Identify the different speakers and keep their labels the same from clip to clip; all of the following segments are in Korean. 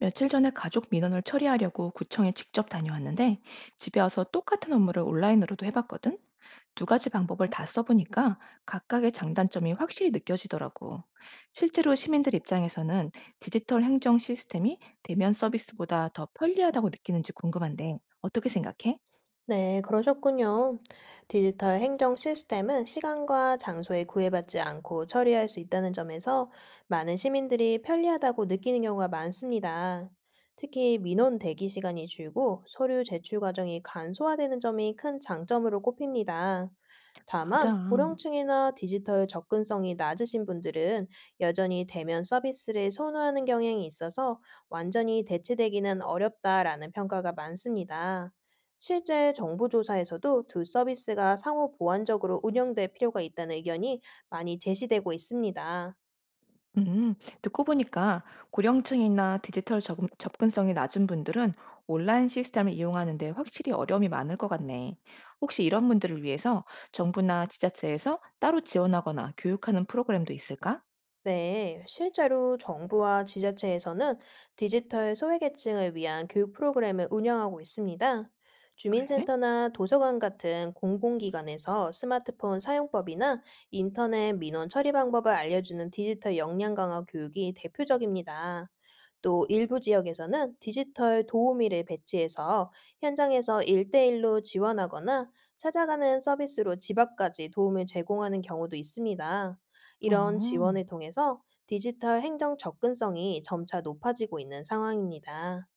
Speaker 1: 며칠 전에 가족 민원을 처리하려고 구청에 직접 다녀왔는데 집에 와서 똑같은 업무를 온라인으로도 해봤거든. 두 가지 방법을 다 써보니까 각각의 장단점이 확실히 느껴지더라고. 실제로 시민들 입장에서는 디지털 행정 시스템이 대면 서비스보다 더 편리하다고 느끼는지 궁금한데 어떻게 생각해?
Speaker 2: 네, 그러셨군요. 디지털 행정 시스템은 시간과 장소에 구애받지 않고 처리할 수 있다는 점에서 많은 시민들이 편리하다고 느끼는 경우가 많습니다. 특히 민원 대기 시간이 줄고 서류 제출 과정이 간소화되는 점이 큰 장점으로 꼽힙니다. 다만,
Speaker 1: 맞아.
Speaker 2: 고령층이나 디지털 접근성이 낮으신 분들은 여전히 대면 서비스를 선호하는 경향이 있어서 완전히 대체되기는 어렵다라는 평가가 많습니다. 실제 정부 조사에서도 두 서비스가 상호 보완적으로 운영될 필요가 있다는 의견이 많이 제시되고 있습니다.
Speaker 1: 음, 듣고 보니까 고령층이나 접근성이 낮은 분들은 온라인 시스템을 이용하는데 확실히 어려움이 많을 것 같네. 혹시 이런 분들을 위해서 정부나 지자체에서 따로 지원하거나 교육하는 프로그램도 있을까?
Speaker 2: 네, 실제로 정부와 지자체에서는 디지털 소외계층을 위한 교육 프로그램을 운영하고 있습니다.
Speaker 1: 그래?
Speaker 2: 주민센터나 도서관 같은 공공기관에서 스마트폰 사용법이나 인터넷 민원 처리 방법을 알려주는 디지털 역량 강화 교육이 대표적입니다. 또 일부 지역에서는 디지털 도우미를 배치해서 현장에서 일대일로 지원하거나 찾아가는 서비스로 집 앞까지 도움을 제공하는 경우도 있습니다. 이런
Speaker 1: 어.
Speaker 2: 지원을 통해서 디지털 행정 접근성이 점차 높아지고 있는 상황입니다.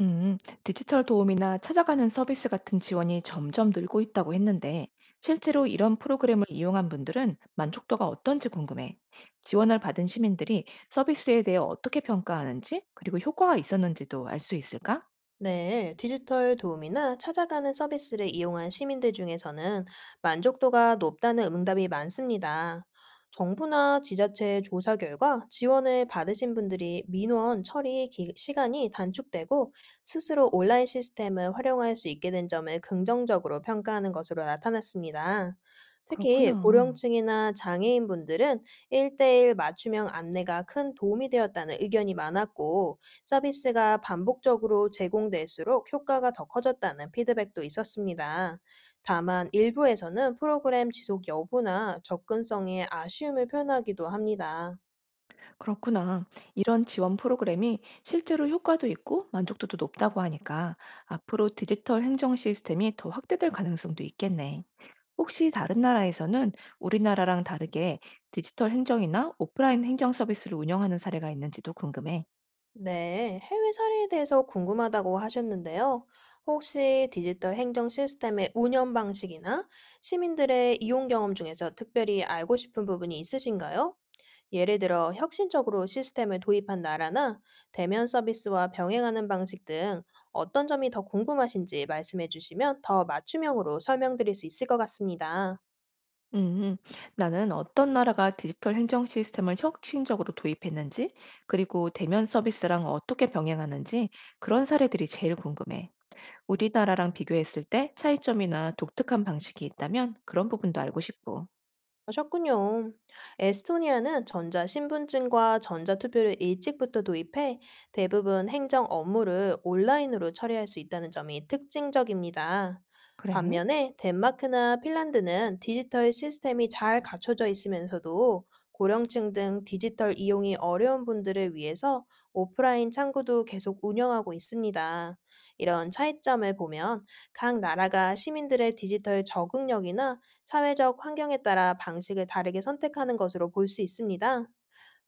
Speaker 1: 음, 디지털 도우미나 찾아가는 서비스 같은 지원이 점점 늘고 있다고 했는데, 실제로 이런 프로그램을 이용한 분들은 만족도가 어떤지 궁금해. 지원을 받은 시민들이 서비스에 대해 어떻게 평가하는지, 그리고 효과가 있었는지도 알 수 있을까?
Speaker 2: 네, 디지털 도우미나 찾아가는 서비스를 이용한 시민들 중에서는 만족도가 높다는 응답이 많습니다. 정부나 지자체 조사 결과 지원을 받으신 분들이 민원 처리 시간이 단축되고 스스로 온라인 시스템을 활용할 수 있게 된 점을 긍정적으로 평가하는 것으로 나타났습니다. 특히
Speaker 1: 그렇구나.
Speaker 2: 고령층이나 장애인 분들은 1대1 맞춤형 안내가 큰 도움이 되었다는 의견이 많았고, 서비스가 반복적으로 제공될수록 효과가 더 커졌다는 피드백도 있었습니다. 다만, 일부에서는 프로그램 지속 여부나 접근성에 아쉬움을 표현하기도 합니다.
Speaker 1: 그렇구나. 이런 지원 프로그램이 실제로 효과도 있고 만족도도 높다고 하니까 앞으로 디지털 행정 시스템이 더 확대될 가능성도 있겠네. 혹시 다른 나라에서는 우리나라랑 다르게 디지털 행정이나 오프라인 행정 서비스를 운영하는 사례가 있는지도 궁금해.
Speaker 2: 네, 해외 사례에 대해서 궁금하다고 하셨는데요. 혹시 디지털 행정 시스템의 운영 방식이나 시민들의 이용 경험 중에서 특별히 알고 싶은 부분이 있으신가요? 예를 들어, 혁신적으로 시스템을 도입한 나라나 대면 서비스와 병행하는 방식 등 어떤 점이 더 궁금하신지 말씀해 주시면 더 맞춤형으로 설명드릴 수 있을 것 같습니다.
Speaker 1: 음, 나는 어떤 나라가 디지털 행정 시스템을 혁신적으로 도입했는지, 그리고 대면 서비스랑 어떻게 병행하는지 그런 사례들이 제일 궁금해. 우리나라랑 비교했을 때 차이점이나 독특한 방식이 있다면 그런 부분도 알고 싶고.
Speaker 2: 하셨군요. 에스토니아는 전자신분증과 전자투표를 일찍부터 도입해 대부분 행정 업무를 온라인으로 처리할 수 있다는 점이 특징적입니다.
Speaker 1: 그래,
Speaker 2: 반면에 덴마크나 핀란드는 디지털 시스템이 잘 갖춰져 있으면서도 고령층 등 디지털 이용이 어려운 분들을 위해서 오프라인 창구도 계속 운영하고 있습니다. 이런 차이점을 보면 각 나라가 시민들의 디지털 적응력이나 사회적 환경에 따라 방식을 다르게 선택하는 것으로 볼 수 있습니다.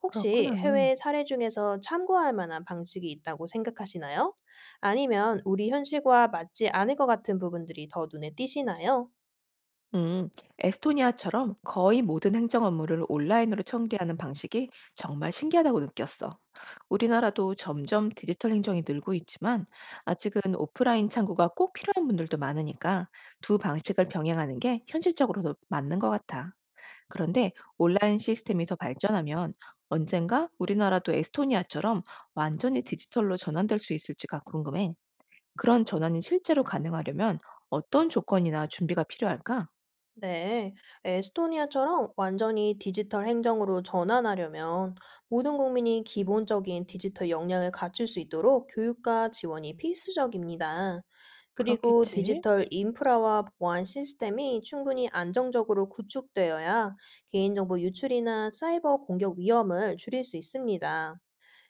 Speaker 2: 혹시
Speaker 1: 그렇구나.
Speaker 2: 해외의 사례 중에서 참고할 만한 방식이 있다고 생각하시나요? 아니면 우리 현실과 맞지 않을 것 같은 부분들이 더 눈에 띄시나요?
Speaker 1: 음, 에스토니아처럼 거의 모든 행정 업무를 온라인으로 처리하는 방식이 정말 신기하다고 느꼈어. 우리나라도 점점 디지털 행정이 늘고 있지만 아직은 오프라인 창구가 꼭 필요한 분들도 많으니까 두 방식을 병행하는 게 현실적으로도 맞는 것 같아. 그런데 온라인 시스템이 더 발전하면 언젠가 우리나라도 에스토니아처럼 완전히 디지털로 전환될 수 있을지가 궁금해. 그런 전환이 실제로 가능하려면 어떤 조건이나 준비가 필요할까?
Speaker 2: 네, 에스토니아처럼 완전히 디지털 행정으로 전환하려면 모든 국민이 기본적인 디지털 역량을 갖출 수 있도록 교육과 지원이 필수적입니다. 그리고
Speaker 1: 그렇겠지.
Speaker 2: 디지털 인프라와 보안 시스템이 충분히 안정적으로 구축되어야 개인정보 유출이나 사이버 공격 위험을 줄일 수 있습니다.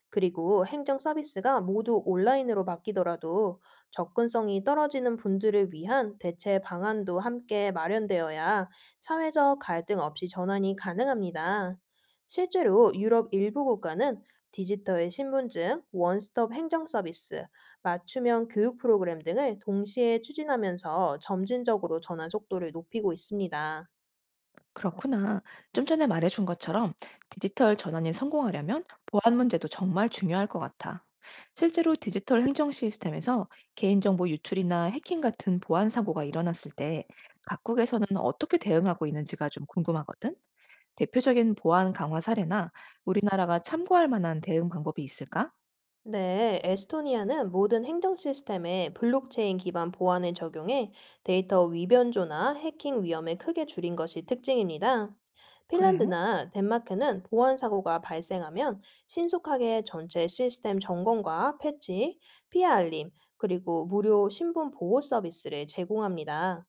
Speaker 2: 그리고 행정 서비스가 모두 온라인으로 바뀌더라도 접근성이 떨어지는 분들을 위한 대체 방안도 함께 마련되어야 사회적 갈등 없이 전환이 가능합니다. 실제로 유럽 일부 국가는 디지털 신분증, 원스톱 행정 서비스, 맞춤형 교육 프로그램 등을 동시에 추진하면서 점진적으로 전환 속도를 높이고 있습니다.
Speaker 1: 그렇구나. 좀 전에 말해준 것처럼 디지털 전환이 성공하려면 보안 문제도 정말 중요할 것 같아. 실제로 디지털 행정 시스템에서 개인정보 유출이나 해킹 같은 보안 사고가 일어났을 때 각국에서는 어떻게 대응하고 있는지가 좀 궁금하거든. 대표적인 보안 강화 사례나 우리나라가 참고할 만한 대응 방법이 있을까?
Speaker 2: 네, 에스토니아는 모든 행정 시스템에 블록체인 기반 보안을 적용해 데이터 위변조나 해킹 위험을 크게 줄인 것이 특징입니다.
Speaker 1: 그래?
Speaker 2: 핀란드나 덴마크는 보안 사고가 발생하면 신속하게 전체 시스템 점검과 패치, 피해 알림, 그리고 무료 신분 보호 서비스를 제공합니다.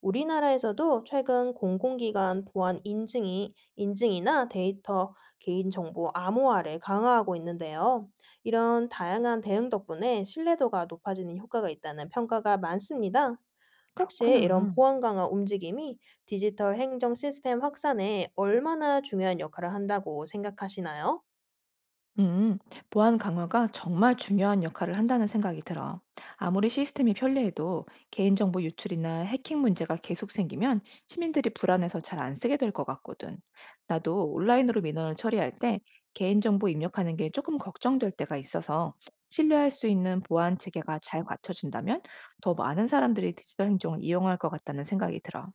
Speaker 2: 우리나라에서도 최근 공공기관 보안 인증이나 데이터 개인정보 암호화를 강화하고 있는데요. 이런 다양한 대응 덕분에 신뢰도가 높아지는 효과가 있다는 평가가 많습니다. 혹시 이런
Speaker 1: 그렇구나.
Speaker 2: 보안 강화 움직임이 디지털 행정 시스템 확산에 얼마나 중요한 역할을 한다고 생각하시나요?
Speaker 1: 음, 보안 강화가 정말 중요한 역할을 한다는 생각이 들어. 아무리 시스템이 편리해도 개인정보 유출이나 해킹 문제가 계속 생기면 시민들이 불안해서 잘 안 쓰게 될 것 같거든. 나도 온라인으로 민원을 처리할 때 개인정보 입력하는 게 조금 걱정될 때가 있어서 신뢰할 수 있는 보안 체계가 잘 갖춰진다면 더 많은 사람들이 디지털 행정을 이용할 것 같다는 생각이 들어.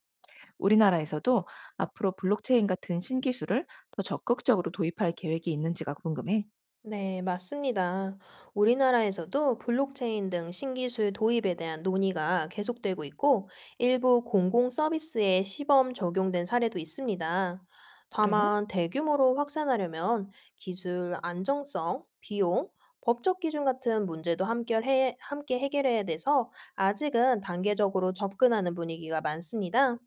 Speaker 1: 우리나라에서도 앞으로 블록체인 같은 신기술을 더 적극적으로 도입할 계획이 있는지가 궁금해.
Speaker 2: 네, 맞습니다. 우리나라에서도 블록체인 등 신기술 도입에 대한 논의가 계속되고 있고, 일부 공공 서비스에 시범 적용된 사례도 있습니다.
Speaker 1: 그래?
Speaker 2: 다만, 대규모로 확산하려면 기술 안정성, 비용, 법적 기준 같은 문제도 함께 해결해야 돼서 아직은 단계적으로 접근하는 분위기가 많습니다.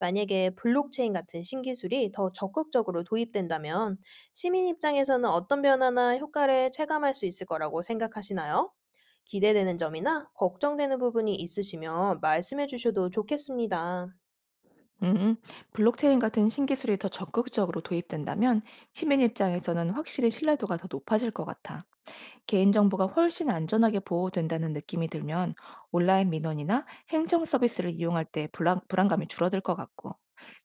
Speaker 2: 만약에 블록체인 같은 신기술이 더 적극적으로 도입된다면 시민 입장에서는 어떤 변화나 효과를 체감할 수 있을 거라고 생각하시나요? 기대되는 점이나 걱정되는 부분이 있으시면 말씀해 주셔도 좋겠습니다.
Speaker 1: 음, 블록체인 같은 신기술이 더 적극적으로 도입된다면 시민 입장에서는 확실히 신뢰도가 더 높아질 것 같아. 개인정보가 훨씬 안전하게 보호된다는 느낌이 들면 온라인 민원이나 행정 서비스를 이용할 때 불안감이 줄어들 것 같고,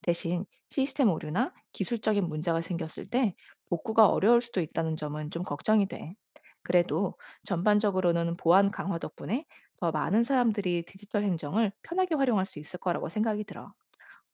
Speaker 1: 대신 시스템 오류나 기술적인 문제가 생겼을 때 복구가 어려울 수도 있다는 점은 좀 걱정이 돼. 그래도 전반적으로는 보안 강화 덕분에 더 많은 사람들이 디지털 행정을 편하게 활용할 수 있을 거라고 생각이 들어.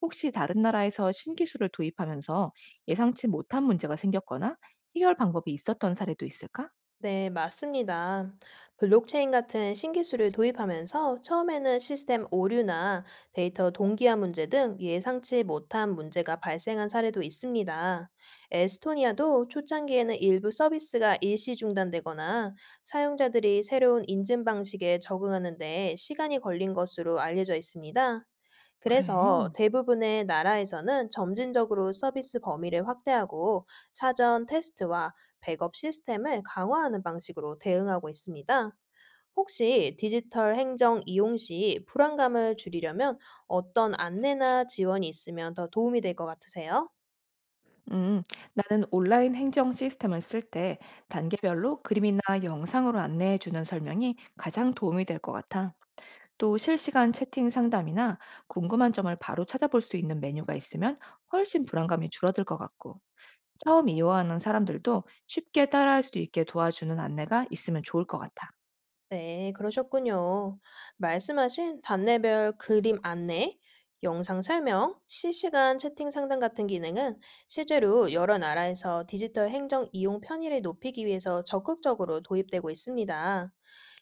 Speaker 1: 혹시 다른 나라에서 신기술을 도입하면서 예상치 못한 문제가 생겼거나 해결 방법이 있었던 사례도 있을까?
Speaker 2: 네, 맞습니다. 블록체인 같은 신기술을 도입하면서 처음에는 시스템 오류나 데이터 동기화 문제 등 예상치 못한 문제가 발생한 사례도 있습니다. 에스토니아도 초창기에는 일부 서비스가 일시 중단되거나 사용자들이 새로운 인증 방식에 적응하는 데 시간이 걸린 것으로 알려져 있습니다. 그래서
Speaker 1: 그래.
Speaker 2: 대부분의 나라에서는 점진적으로 서비스 범위를 확대하고 사전 테스트와 백업 시스템을 강화하는 방식으로 대응하고 있습니다. 혹시 디지털 행정 이용 시 불안감을 줄이려면 어떤 안내나 지원이 있으면 더 도움이 될 것 같으세요?
Speaker 1: 음, 나는 온라인 행정 시스템을 쓸 때 단계별로 그림이나 영상으로 안내해 주는 설명이 가장 도움이 될 것 같아. 또 실시간 채팅 상담이나 궁금한 점을 바로 찾아볼 수 있는 메뉴가 있으면 훨씬 불안감이 줄어들 것 같고, 처음 이용하는 사람들도 쉽게 따라할 수 있게 도와주는 안내가 있으면 좋을 것 같아.
Speaker 2: 네, 그러셨군요. 말씀하신 단내별 그림 안내, 영상 설명, 실시간 채팅 상담 같은 기능은 실제로 여러 나라에서 디지털 행정 이용 편의를 높이기 위해서 적극적으로 도입되고 있습니다.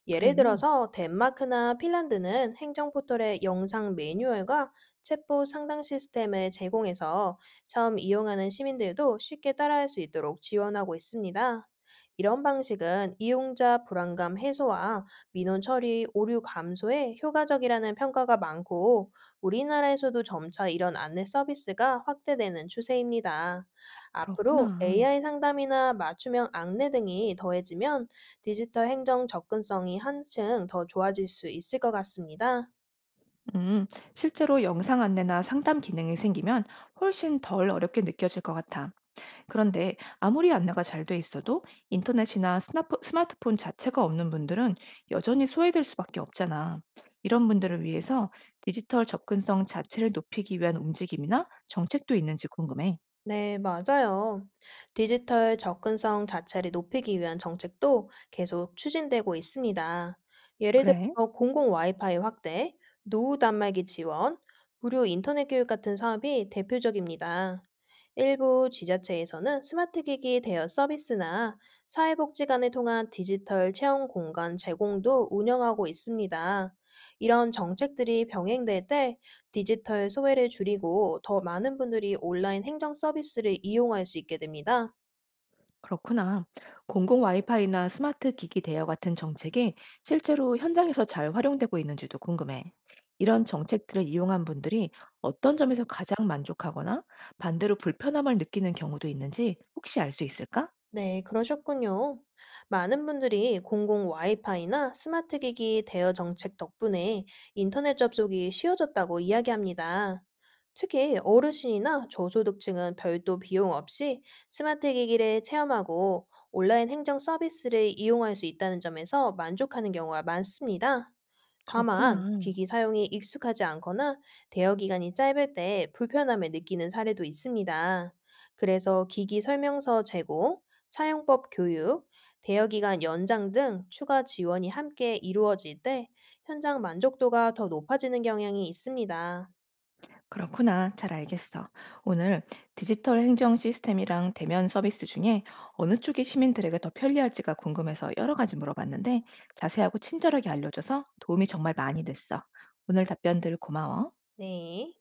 Speaker 2: 예를
Speaker 1: 그래.
Speaker 2: 들어서 덴마크나 핀란드는 행정 포털의 영상 매뉴얼과 챗봇 상담 시스템을 제공해서 처음 이용하는 시민들도 쉽게 따라할 수 있도록 지원하고 있습니다. 이런 방식은 이용자 불안감 해소와 민원 처리 오류 감소에 효과적이라는 평가가 많고, 우리나라에서도 점차 이런 안내 서비스가 확대되는 추세입니다. 앞으로
Speaker 1: 그렇구나.
Speaker 2: AI 상담이나 맞춤형 안내 등이 더해지면 디지털 행정 접근성이 한층 더 좋아질 수 있을 것 같습니다.
Speaker 1: 음, 실제로 영상 안내나 상담 기능이 생기면 훨씬 덜 어렵게 느껴질 것 같아. 그런데 아무리 안내가 잘 돼 있어도 인터넷이나 스마트폰 자체가 없는 분들은 여전히 소외될 수밖에 없잖아. 이런 분들을 위해서 디지털 접근성 자체를 높이기 위한 움직임이나 정책도 있는지 궁금해.
Speaker 2: 네, 맞아요. 디지털 접근성 자체를 높이기 위한 정책도 계속 추진되고 있습니다. 예를 들
Speaker 1: 그래?
Speaker 2: 어 공공 와이파이 확대, 노후 단말기 지원, 무료 인터넷 교육 같은 사업이 대표적입니다. 일부 지자체에서는 스마트 기기 대여 서비스나 사회복지 간을 통한 디지털 체험 공간 제공도 운영하고 있습니다. 이런 정책들이 병행될 때 디지털 소외를 줄이고 더 많은 분들이 온라인 행정 서비스를 이용할 수 있게 됩니다.
Speaker 1: 그렇구나. 공공 와이파이나 스마트 기기 대여 같은 정책이 실제로 현장에서 잘 활용되고 있는지도 궁금해. 이런 정책들을 이용한 분들이 어떤 점에서 가장 만족하거나 반대로 불편함을 느끼는 경우도 있는지 혹시 알 수 있을까?
Speaker 2: 네, 그러셨군요. 많은 분들이 공공 와이파이나 스마트 기기 대여 정책 덕분에 인터넷 접속이 쉬워졌다고 이야기합니다. 특히 어르신이나 저소득층은 별도 비용 없이 스마트 기기를 체험하고 온라인 행정 서비스를 이용할 수 있다는 점에서 만족하는 경우가 많습니다. 다만,
Speaker 1: 그렇구나.
Speaker 2: 기기 사용이 익숙하지 않거나 대여 기간이 짧을 때 불편함을 느끼는 사례도 있습니다. 그래서 기기 설명서 제공, 사용법 교육, 대여기간 연장 등 추가 지원이 함께 이루어질 때 현장 만족도가 더 높아지는 경향이 있습니다.
Speaker 1: 그렇구나. 잘 알겠어. 오늘 디지털 행정 시스템이랑 대면 서비스 중에 어느 쪽이 시민들에게 더 편리할지가 궁금해서 여러 가지 물어봤는데 자세하고 친절하게 알려줘서 도움이 정말 많이 됐어. 오늘 답변들 고마워.
Speaker 2: 네.